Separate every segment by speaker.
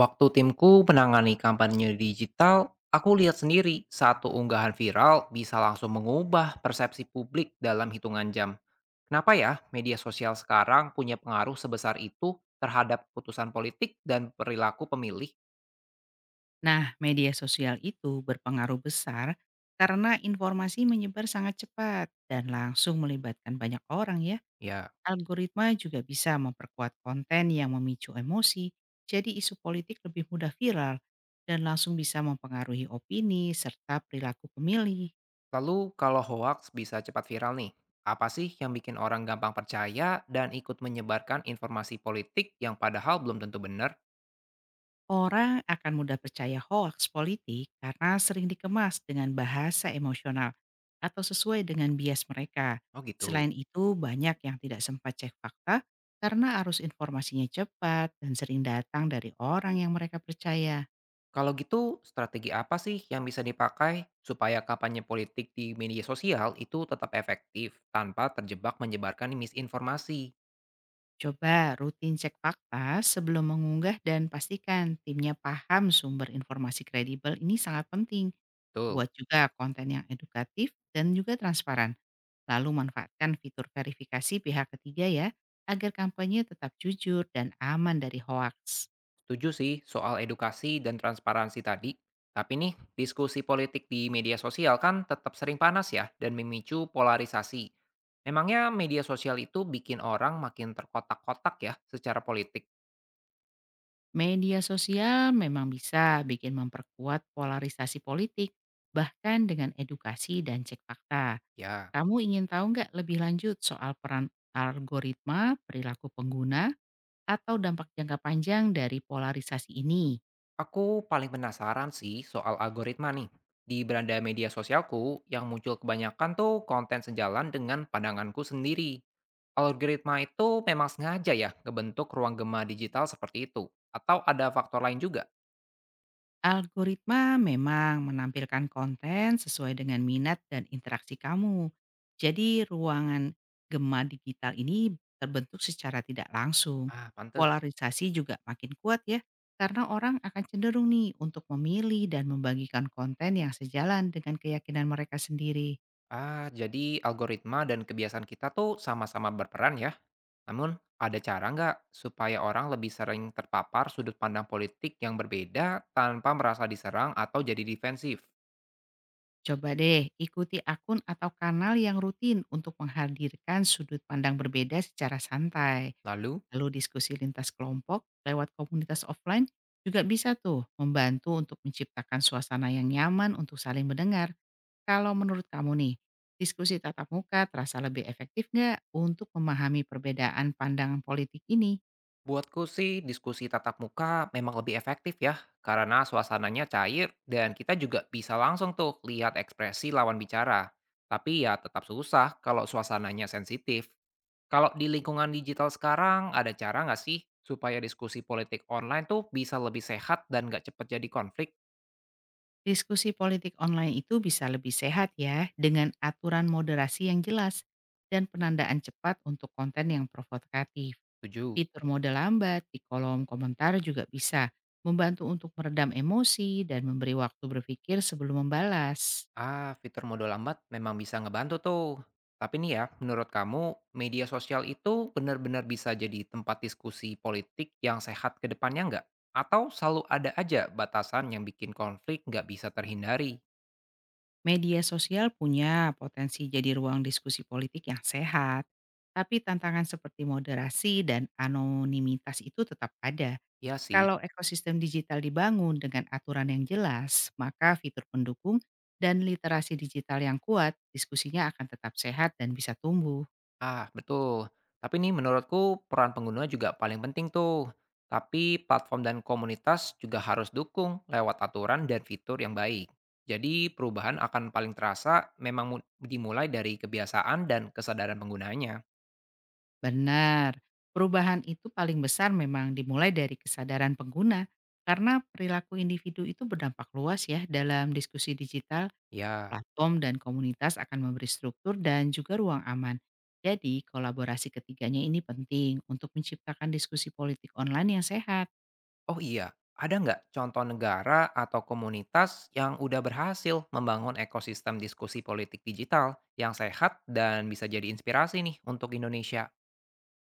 Speaker 1: Waktu timku menangani kampanye digital, aku lihat sendiri satu unggahan viral bisa langsung mengubah persepsi publik dalam hitungan jam. Kenapa ya media sosial sekarang punya pengaruh sebesar itu terhadap keputusan politik dan perilaku pemilih?
Speaker 2: Nah, media sosial itu berpengaruh besar karena informasi menyebar sangat cepat dan langsung melibatkan banyak orang ya.
Speaker 1: Ya,
Speaker 2: Algoritma juga bisa memperkuat konten yang memicu emosi, jadi isu politik lebih mudah viral dan langsung bisa mempengaruhi opini serta perilaku pemilih.
Speaker 1: lalu kalau hoax bisa cepat viral nih, apa sih yang bikin orang gampang percaya dan ikut menyebarkan informasi politik yang padahal belum tentu benar?
Speaker 2: Orang akan mudah percaya hoaks politik karena sering dikemas dengan bahasa emosional atau sesuai dengan bias mereka.
Speaker 1: Oh gitu.
Speaker 2: Selain itu, banyak yang tidak sempat cek fakta karena arus informasinya cepat dan sering datang dari orang yang mereka percaya.
Speaker 1: Kalau gitu, strategi apa sih yang bisa dipakai supaya kampanye politik di media sosial itu tetap efektif tanpa terjebak menyebarkan misinformasi?
Speaker 2: Coba rutin cek fakta sebelum mengunggah dan pastikan timnya paham sumber informasi kredibel ini sangat penting.
Speaker 1: Tuh,
Speaker 2: Buat juga konten yang edukatif dan juga transparan. Lalu manfaatkan fitur verifikasi pihak ketiga ya, agar kampanye tetap jujur dan aman dari hoaks.
Speaker 1: setuju sih soal edukasi dan transparansi tadi. Tapi nih, diskusi politik di media sosial kan tetap sering panas ya dan memicu polarisasi. Memangnya media sosial itu bikin orang makin terkotak-kotak ya secara politik?
Speaker 2: Media sosial memang bisa bikin memperkuat polarisasi politik, bahkan dengan edukasi dan cek fakta.
Speaker 1: Ya.
Speaker 2: Kamu ingin tahu nggak lebih lanjut soal peran algoritma, perilaku pengguna, atau dampak jangka panjang dari polarisasi ini?
Speaker 1: Aku paling penasaran sih soal algoritma nih. Di beranda media sosialku, yang muncul kebanyakan tuh konten sejalan dengan pandanganku sendiri. Algoritma itu memang sengaja ya ngebentuk ruang gema digital seperti itu? Atau ada faktor lain juga?
Speaker 2: Algoritma memang menampilkan konten sesuai dengan minat dan interaksi kamu. Jadi ruangan gema digital ini terbentuk secara tidak langsung.
Speaker 1: Ah, pantes.
Speaker 2: Polarisasi juga makin kuat ya, karena orang akan cenderung nih untuk memilih dan membagikan konten yang sejalan dengan keyakinan mereka sendiri.
Speaker 1: Ah, jadi algoritma dan kebiasaan kita tuh sama-sama berperan ya. Namun, ada cara nggak supaya orang lebih sering terpapar sudut pandang politik yang berbeda tanpa merasa diserang atau jadi defensif?
Speaker 2: Coba deh ikuti akun atau kanal yang rutin untuk menghadirkan sudut pandang berbeda secara santai.
Speaker 1: Lalu?
Speaker 2: Lalu diskusi lintas kelompok lewat komunitas offline juga bisa tuh membantu untuk menciptakan suasana yang nyaman untuk saling mendengar. Kalau menurut kamu nih, diskusi tatap muka terasa lebih efektif nggak untuk memahami perbedaan pandangan politik ini?
Speaker 1: Buatku sih diskusi tatap muka memang lebih efektif ya, karena suasananya cair dan kita juga bisa langsung tuh lihat ekspresi lawan bicara. Tapi ya tetap susah kalau suasananya sensitif. Kalau di lingkungan digital sekarang ada cara nggak sih supaya diskusi politik online tuh bisa lebih sehat dan nggak cepet jadi konflik?
Speaker 2: Diskusi politik online itu bisa lebih sehat ya dengan aturan moderasi yang jelas dan penandaan cepat untuk konten yang provokatif.
Speaker 1: Setuju.
Speaker 2: Fitur mode lambat di kolom komentar juga bisa membantu untuk meredam emosi dan memberi waktu berpikir sebelum membalas.
Speaker 1: Ah, fitur modal lambat memang bisa ngebantu tuh. Tapi nih ya, menurut kamu media sosial itu benar-benar bisa jadi tempat diskusi politik yang sehat ke depannya nggak? Atau selalu ada aja batasan yang bikin konflik nggak bisa terhindari?
Speaker 2: Media sosial punya potensi jadi ruang diskusi politik yang sehat, tapi tantangan seperti moderasi dan anonimitas itu tetap ada.
Speaker 1: Ya sih.
Speaker 2: Kalau ekosistem digital dibangun dengan aturan yang jelas, maka fitur pendukung dan literasi digital yang kuat, diskusinya akan tetap sehat dan bisa tumbuh.
Speaker 1: Ah, betul. Tapi nih menurutku peran pengguna juga paling penting tuh. Tapi platform dan komunitas juga harus dukung lewat aturan dan fitur yang baik. Jadi perubahan akan paling terasa memang dimulai dari kebiasaan dan kesadaran penggunanya.
Speaker 2: Benar, perubahan itu paling besar memang dimulai dari kesadaran pengguna, karena perilaku individu itu berdampak luas ya dalam diskusi digital,
Speaker 1: Ya,
Speaker 2: platform dan komunitas akan memberi struktur dan juga ruang aman. Jadi, kolaborasi ketiganya ini penting untuk menciptakan diskusi politik online yang sehat.
Speaker 1: oh iya, ada nggak contoh negara atau komunitas yang udah berhasil membangun ekosistem diskusi politik digital yang sehat dan bisa jadi inspirasi nih untuk Indonesia?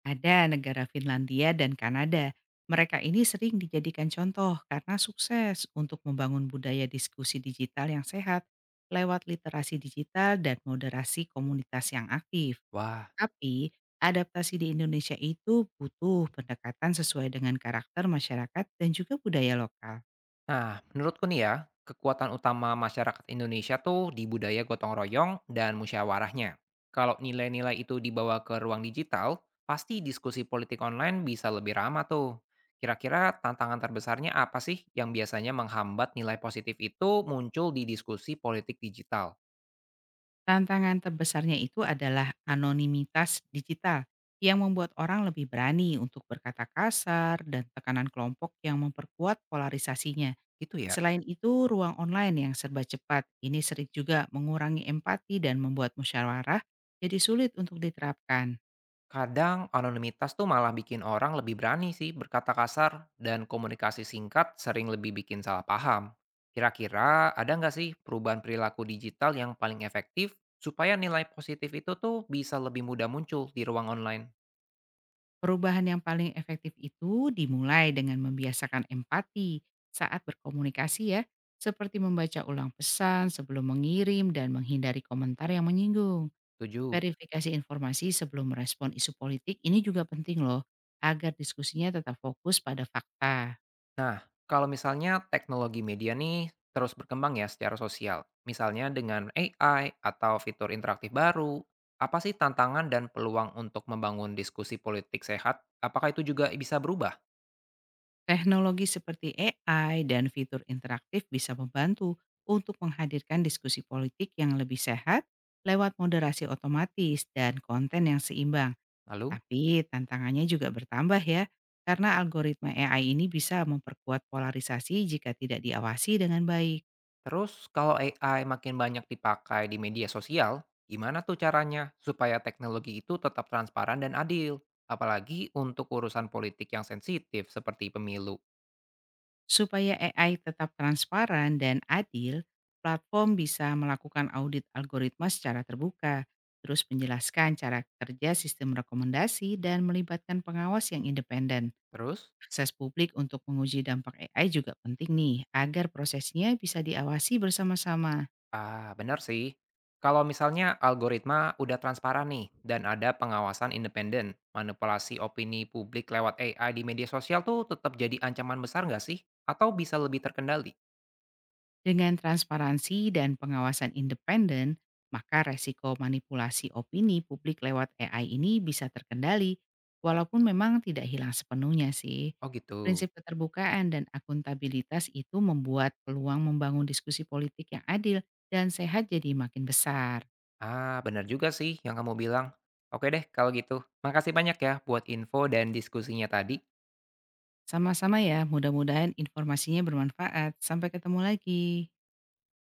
Speaker 2: Ada negara Finlandia dan Kanada. Mereka ini sering dijadikan contoh karena sukses untuk membangun budaya diskusi digital yang sehat lewat literasi digital dan moderasi komunitas yang aktif.
Speaker 1: Wah,
Speaker 2: Tapi, adaptasi di Indonesia itu butuh pendekatan sesuai dengan karakter masyarakat dan juga budaya lokal.
Speaker 1: nah, menurutku nih ya, kekuatan utama masyarakat Indonesia tuh di budaya gotong royong dan musyawarahnya. Kalau nilai-nilai itu dibawa ke ruang digital, pasti diskusi politik online bisa lebih ramah tuh. Kira-kira tantangan terbesarnya apa sih yang biasanya menghambat nilai positif itu muncul di diskusi politik digital?
Speaker 2: Tantangan terbesarnya itu adalah anonimitas digital yang membuat orang lebih berani untuk berkata kasar dan tekanan kelompok yang memperkuat polarisasinya.
Speaker 1: Itu ya.
Speaker 2: Selain itu, ruang online yang serba cepat ini sering juga mengurangi empati dan membuat musyawarah jadi sulit untuk diterapkan.
Speaker 1: Kadang anonimitas tuh malah bikin orang lebih berani sih berkata kasar dan komunikasi singkat sering lebih bikin salah paham. Kira-kira ada nggak sih perubahan perilaku digital yang paling efektif supaya nilai positif itu tuh bisa lebih mudah muncul di ruang online?
Speaker 2: Perubahan yang paling efektif itu dimulai dengan membiasakan empati saat berkomunikasi ya, seperti membaca ulang pesan sebelum mengirim dan menghindari komentar yang menyinggung.
Speaker 1: Tujuh.
Speaker 2: Verifikasi informasi sebelum merespon isu politik ini juga penting loh, agar diskusinya tetap fokus pada fakta.
Speaker 1: Kalau misalnya teknologi media nih terus berkembang ya secara sosial, misalnya dengan AI atau fitur interaktif baru, apa sih tantangan dan peluang untuk membangun diskusi politik sehat? Apakah itu juga bisa berubah?
Speaker 2: Teknologi seperti AI dan fitur interaktif bisa membantu untuk menghadirkan diskusi politik yang lebih sehat lewat moderasi otomatis dan konten yang seimbang.
Speaker 1: Lalu?
Speaker 2: Tapi tantangannya juga bertambah ya, karena algoritma AI ini bisa memperkuat polarisasi jika tidak diawasi dengan baik.
Speaker 1: Terus kalau AI makin banyak dipakai di media sosial, gimana tuh caranya supaya teknologi itu tetap transparan dan adil? Apalagi untuk urusan politik yang sensitif seperti pemilu.
Speaker 2: Supaya AI tetap transparan dan adil, platform bisa melakukan audit algoritma secara terbuka, terus menjelaskan cara kerja sistem rekomendasi dan melibatkan pengawas yang independen.
Speaker 1: Terus,
Speaker 2: Akses publik untuk menguji dampak AI juga penting nih, agar prosesnya bisa diawasi bersama-sama.
Speaker 1: ah benar sih, kalau misalnya algoritma udah transparan nih dan ada pengawasan independen, manipulasi opini publik lewat AI di media sosial tuh tetap jadi ancaman besar nggak sih? Atau bisa lebih terkendali?
Speaker 2: Dengan transparansi dan pengawasan independen, maka resiko manipulasi opini publik lewat AI ini bisa terkendali, walaupun memang tidak hilang sepenuhnya sih.
Speaker 1: Oh gitu.
Speaker 2: Prinsip keterbukaan dan akuntabilitas itu membuat peluang membangun diskusi politik yang adil dan sehat jadi makin besar.
Speaker 1: Ah, benar juga sih yang kamu bilang. Oke deh, kalau gitu. Makasih banyak ya buat info dan diskusinya tadi.
Speaker 2: Sama-sama ya, mudah-mudahan informasinya bermanfaat. Sampai ketemu lagi.